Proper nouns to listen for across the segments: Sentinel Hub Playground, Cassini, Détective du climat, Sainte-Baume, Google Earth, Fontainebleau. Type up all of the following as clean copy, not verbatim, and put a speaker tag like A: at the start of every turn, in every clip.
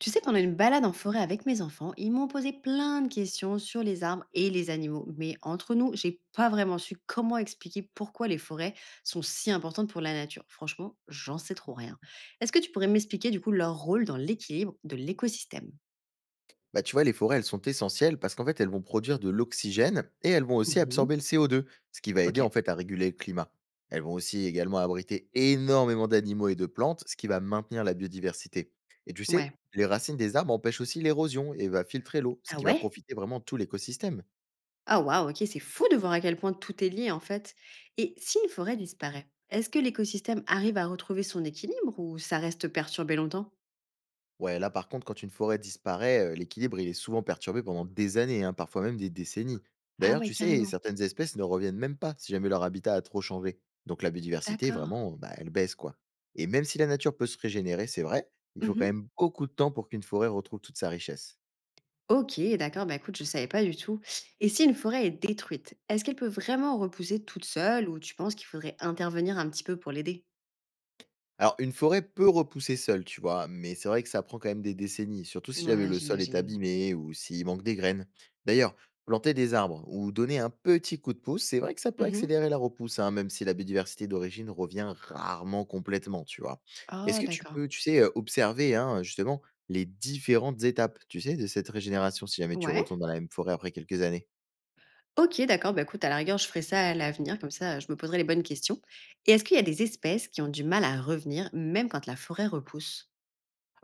A: Tu sais, pendant une balade en forêt avec mes enfants, ils m'ont posé plein de questions sur les arbres et les animaux. Mais entre nous, j'ai pas vraiment su comment expliquer pourquoi les forêts sont si importantes pour la nature. Franchement, j'en sais trop rien. Est-ce que tu pourrais m'expliquer du coup leur rôle dans l'équilibre de l'écosystème?
B: Bah, tu vois, les forêts, elles sont essentielles parce qu'en fait, elles vont produire de l'oxygène et elles vont aussi
A: Mhm.
B: absorber le CO2, ce qui va
A: Ok.
B: aider en fait à réguler le climat. Elles vont aussi également abriter énormément d'animaux et de plantes, ce qui va maintenir la biodiversité. Et tu
A: Ouais.
B: sais, les racines des arbres empêchent aussi l'érosion et va filtrer l'eau, ce
A: Ah
B: qui va
A: ouais.
B: profiter vraiment tout l'écosystème.
A: Ah waouh, ok, c'est fou de voir à quel point tout est lié en fait. Et si une forêt disparaît, est-ce que l'écosystème arrive à retrouver son équilibre ou ça reste perturbé longtemps?
B: Ouais, là par contre, quand une forêt disparaît, l'équilibre il est souvent perturbé pendant des années, hein, parfois même des décennies.
A: Ah
B: D'ailleurs,
A: ouais,
B: tu sais,
A: carrément.
B: certaines espèces ne reviennent même pas si jamais leur habitat a trop changé. Donc la biodiversité
A: D'accord.
B: vraiment, bah, elle baisse quoi. Et même si la nature peut se régénérer, c'est vrai, il faut quand
A: Mhm.
B: même beaucoup de temps pour qu'une forêt retrouve toute sa richesse.
A: Ok, d'accord, bah écoute, je savais pas du tout. Et si une forêt est détruite, est-ce qu'elle peut vraiment repousser toute seule ou tu penses qu'il faudrait intervenir un petit peu pour l'aider?
B: Alors, une forêt peut repousser seule, tu vois, mais c'est vrai que ça prend quand même des décennies, surtout si jamais
A: Ouais,
B: le sol est
A: j'imagine.
B: abîmé ou s'il manque des graines. D'ailleurs, planter des arbres ou donner un petit coup de pouce, c'est vrai que ça peut
A: Mhm.
B: accélérer la repousse, hein, même si la biodiversité d'origine revient rarement complètement, tu vois. Est-ce
A: Oh,
B: que tu
A: d'accord.
B: peux, tu sais, observer, hein, justement les différentes étapes, tu sais, de cette régénération si jamais tu
A: Ouais.
B: retournes dans la même forêt après quelques années?
A: Ok, d'accord, bah écoute, à la rigueur, je ferai ça à l'avenir, comme ça je me poserai les bonnes questions. Et est-ce qu'il y a des espèces qui ont du mal à revenir, même quand la forêt repousse?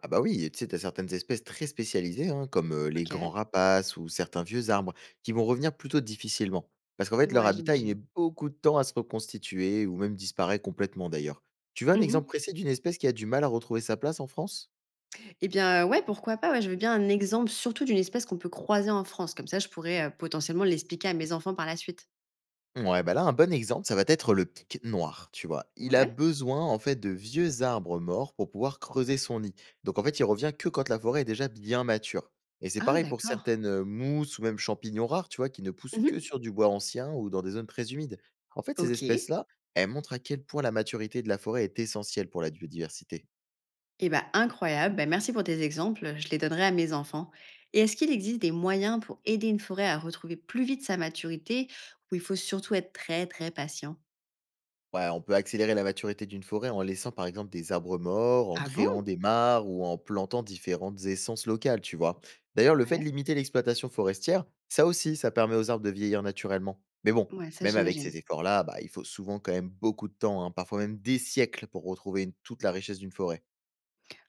B: Ah bah oui, et tu sais, tu as certaines espèces très spécialisées, hein, comme les grands
A: Ok.
B: rapaces ou certains vieux arbres, qui vont revenir plutôt difficilement. Parce qu'en fait, leur
A: Ouais,
B: habitat, il met
A: j'imagine.
B: beaucoup de temps à se reconstituer ou même disparaît complètement d'ailleurs. Tu veux un exemple
A: Mhm.
B: précis d'une espèce qui a du mal à retrouver sa place en France?
A: Eh bien, ouais, pourquoi pas. Ouais, je veux bien un exemple, surtout d'une espèce qu'on peut croiser en France. Comme ça, je pourrais potentiellement l'expliquer à mes enfants par la suite.
B: Ouais, bah là, un bon exemple, ça va être le pic noir, tu vois. Il a
A: Ouais.
B: besoin, en fait, de vieux arbres morts pour pouvoir creuser son nid. Donc, en fait, il revient que quand la forêt est déjà bien mature. Et c'est
A: Ah
B: pareil pour
A: d'accord.
B: certaines mousses ou même champignons rares, tu vois, qui ne poussent
A: Mmh.
B: que sur du bois ancien ou dans des zones très humides. En fait, ces
A: OK,
B: espèces-là, elles montrent à quel point la maturité de la forêt est essentielle pour la biodiversité.
A: et ben incroyable. Ben merci pour tes exemples, je les donnerai à mes enfants. Et est-ce qu'il existe des moyens pour aider une forêt à retrouver plus vite sa maturité où il faut surtout être très, très patient?
B: Ouais, on peut accélérer la maturité d'une forêt en laissant par exemple des arbres morts, en
A: Ah
B: créant
A: bon?
B: des mares ou en plantant différentes essences locales, tu vois. D'ailleurs, le fait de
A: Ouais.
B: limiter l'exploitation forestière, ça aussi, ça permet aux arbres de vieillir naturellement. Mais bon,
A: Ouais, ça
B: même avec
A: j'imagine.
B: ces efforts-là, bah, il faut souvent quand même beaucoup de temps, hein, parfois même des siècles pour retrouver toute la richesse d'une forêt.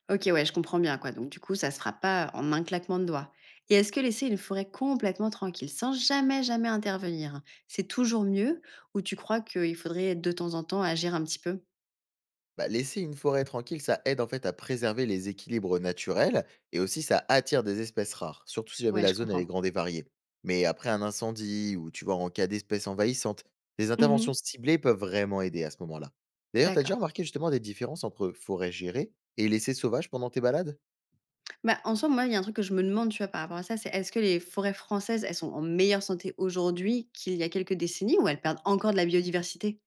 A: OK, ouais, je comprends bien quoi, donc du coup, ça se fera pas en un claquement de doigts. Et est-ce que laisser une forêt complètement tranquille sans jamais, jamais intervenir, hein, c'est toujours mieux ou tu crois qu'il faudrait de temps en temps agir un petit peu?
B: Bah, laisser une forêt tranquille, ça aide en fait à préserver les équilibres naturels et aussi ça attire des espèces rares, surtout si jamais
A: Ouais, je
B: la zone elle est
A: comprends.
B: grande et variée. Mais après un incendie ou tu vois en cas d'espèces envahissantes, des
A: Mmh.
B: interventions ciblées peuvent vraiment aider à ce moment-là. D'ailleurs, t'as déjà
A: D'accord.
B: remarqué justement des différences entre forêt gérée et laissée sauvage pendant tes balades?
A: Bah, en soi, moi, il y a un truc que je me demande, tu vois, par rapport à ça, c'est est-ce que les forêts françaises, elles sont en meilleure santé aujourd'hui qu'il y a quelques décennies ou elles perdent encore de la biodiversité?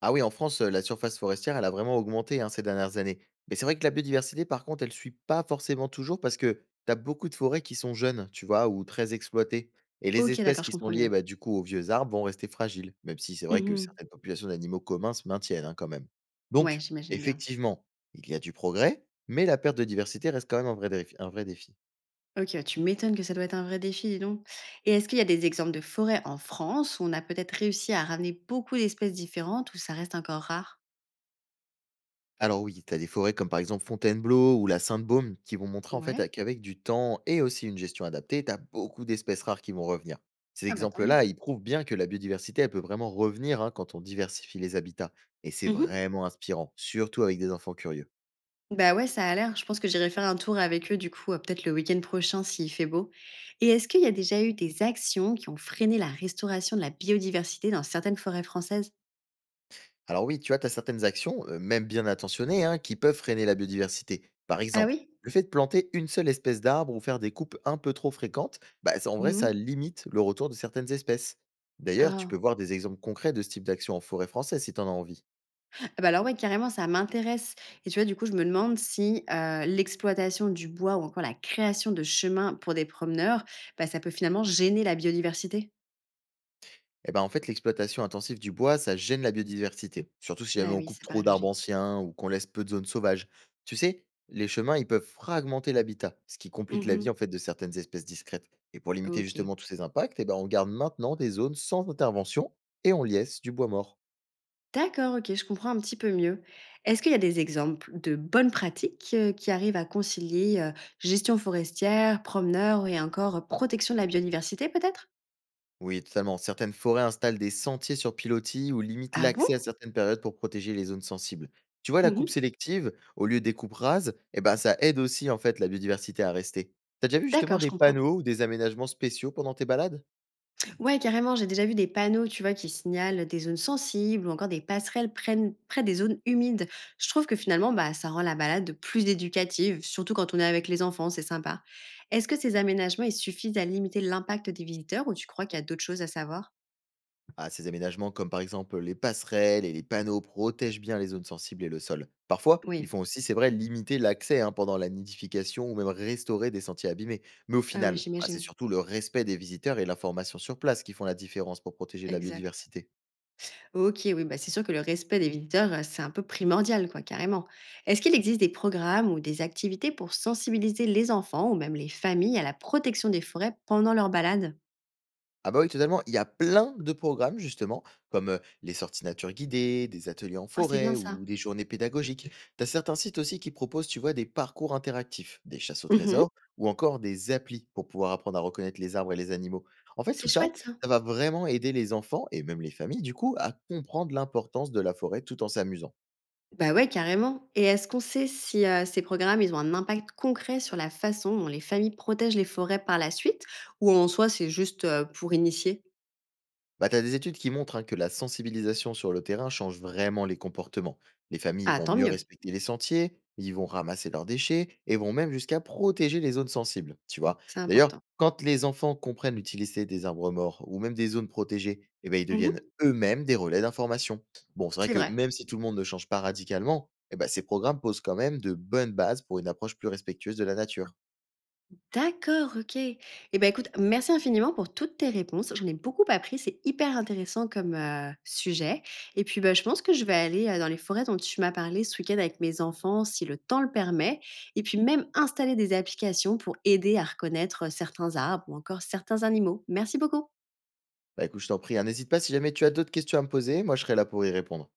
B: Ah oui, en France, la surface forestière, elle a vraiment augmenté, hein, ces dernières années. Mais c'est vrai que la biodiversité, par contre, elle suit pas forcément toujours parce que tu as beaucoup de forêts qui sont jeunes, tu vois? Ou très exploitées et les
A: OK,
B: espèces
A: d'accord, je
B: qui sont
A: comprends
B: liées,
A: mieux.
B: bah, du coup, aux vieux arbres vont rester fragiles, même si c'est vrai que
A: Mmh.
B: certaines populations d'animaux communs se maintiennent, hein, quand même.
A: Ouais,
B: Donc
A: j'imagine bien.
B: effectivement, il y a du progrès, mais la perte de diversité reste quand même un vrai défi.
A: OK, ouais, tu m'étonnes que ça doit être un vrai défi, dis donc. Et est-ce qu'il y a des exemples de forêts en France où on a peut-être réussi à ramener beaucoup d'espèces différentes ou ça reste encore rare?
B: Alors oui, tu as des forêts comme par exemple Fontainebleau ou la Sainte-Baume qui vont montrer en fait
A: Ouais.
B: qu'avec du temps et aussi une gestion adaptée, tu as beaucoup d'espèces rares qui vont revenir. Ces
A: Ah bah, tant mieux.
B: exemples-là, ils prouvent bien que la biodiversité, elle peut vraiment revenir, hein, quand on diversifie les habitats. Et c'est
A: Mmh.
B: vraiment inspirant, surtout avec des enfants curieux.
A: Bah, ouais, ça a l'air. Je pense que j'irai faire un tour avec eux, du coup, peut-être le week-end prochain s'il fait beau. Et est-ce qu'il y a déjà eu des actions qui ont freiné la restauration de la biodiversité dans certaines forêts françaises?
B: Alors oui, tu vois, tu as certaines actions, même bien intentionnées, hein, qui peuvent freiner la biodiversité. Par
A: Ah
B: exemple,
A: oui?
B: le fait de planter une seule espèce d'arbre ou faire des coupes un peu trop fréquentes, bah, en vrai,
A: Mmh.
B: ça limite le retour de certaines espèces. D'ailleurs, tu
A: Ah.
B: peux voir des exemples concrets de ce type d'action en forêt française si tu en as envie.
A: Ah bah, alors ouais, carrément, ça m'intéresse. Et tu vois, du coup, je me demande si, l'exploitation du bois ou encore la création de chemins pour des promeneurs, bah, ça peut finalement gêner la biodiversité?
B: Eh ben, en fait, l'exploitation intensive du bois, ça gêne la biodiversité, surtout si jamais
A: Bah
B: on
A: oui,
B: coupe
A: ça paraît
B: trop d'arbres
A: logique.
B: anciens ou qu'on laisse peu de zones sauvages. Tu sais, les chemins, ils peuvent fragmenter l'habitat, ce qui complique la
A: Mmh.
B: vie en fait de certaines espèces discrètes. Et pour limiter
A: OK.
B: justement tous ces impacts, eh ben, on garde maintenant des zones sans intervention et on liesse du bois mort.
A: D'accord, OK, je comprends un petit peu mieux. Est-ce qu'il y a des exemples de bonnes pratiques, qui arrivent à concilier, gestion forestière, promeneurs et encore, protection de la biodiversité peut-être?
B: Oui, totalement. Certaines forêts installent des sentiers sur pilotis ou limitent
A: Ah bon?
B: l'accès à certaines périodes pour protéger les zones sensibles. Tu vois, la coupe
A: Mmh.
B: sélective, au lieu des coupes rases, eh ben, ça aide aussi en fait la biodiversité à rester. T'as déjà vu
A: D'accord,
B: justement
A: je
B: des
A: comprends.
B: panneaux ou des aménagements spéciaux pendant tes balades?
A: Ouais, carrément, j'ai déjà vu des panneaux, tu vois, qui signalent des zones sensibles ou encore des passerelles prennent près des zones humides. Je trouve que finalement, bah, ça rend la balade plus éducative, surtout quand on est avec les enfants, c'est sympa. Est-ce que ces aménagements, ils suffisent à limiter l'impact des visiteurs ou tu crois qu'il y a d'autres choses à savoir?
B: Ah, ces aménagements, comme par exemple les passerelles et les panneaux, protègent bien les zones sensibles et le sol. Parfois, ils
A: Oui.
B: font aussi, c'est vrai, limiter l'accès, hein, pendant la nidification ou même restaurer des sentiers abîmés. Mais au
A: Ah oui,
B: final, ah, c'est
A: j'imagine.
B: surtout le respect des visiteurs et l'information sur place qui font la différence pour protéger la
A: Exact.
B: biodiversité.
A: OK, oui, bah, c'est sûr que le respect des visiteurs, c'est un peu primordial, quoi, carrément. Est-ce qu'il existe des programmes ou des activités pour sensibiliser les enfants ou même les familles à la protection des forêts pendant leur balade?
B: Ah bah oui, totalement. Il y a plein de programmes justement, comme les sorties nature guidées, des ateliers en
A: Oh, c'est bien
B: forêt
A: ça.
B: ou des journées pédagogiques. T'as certains sites aussi qui proposent, tu vois, des parcours interactifs, des chasses au
A: Mmh.
B: trésor ou encore des applis pour pouvoir apprendre à reconnaître les arbres et les animaux. En fait,
A: C'est
B: tout
A: chouette
B: ça,
A: ça.
B: ça va vraiment aider les enfants et même les familles, du coup, à comprendre l'importance de la forêt tout en s'amusant.
A: Bah, ouais, carrément. Et est-ce qu'on sait si, ces programmes, ils ont un impact concret sur la façon dont les familles protègent les forêts par la suite ou en soi, c'est juste, pour initier?
B: Bah, tu as des études qui montrent, hein, que la sensibilisation sur le terrain change vraiment les comportements. Les familles
A: Ah,
B: vont
A: tant
B: mieux
A: mieux,
B: respecter les sentiers, ils vont ramasser leurs déchets et vont même jusqu'à protéger les zones sensibles, tu vois.
A: c'est
B: D'ailleurs,
A: important.
B: quand les enfants comprennent l'utilité des arbres morts ou même des zones protégées, eh ben, ils
A: Mmh.
B: deviennent eux-mêmes des relais d'information. Bon, c'est vrai
A: C'est
B: que
A: vrai.
B: même si tout le monde ne change pas radicalement, eh ben, ces programmes posent quand même de bonnes bases pour une approche plus respectueuse de la nature.
A: D'accord, OK. Et ben écoute, merci infiniment pour toutes tes réponses. J'en ai beaucoup appris, c'est hyper intéressant comme, sujet. Et puis, bah, je pense que je vais aller, dans les forêts dont tu m'as parlé ce week-end avec mes enfants si le temps le permet et puis même installer des applications pour aider à reconnaître, certains arbres ou encore certains animaux. Merci beaucoup.
B: Bah écoute, je t'en prie, hein, n'hésite pas si jamais tu as d'autres questions à me poser, moi je serai là pour y répondre.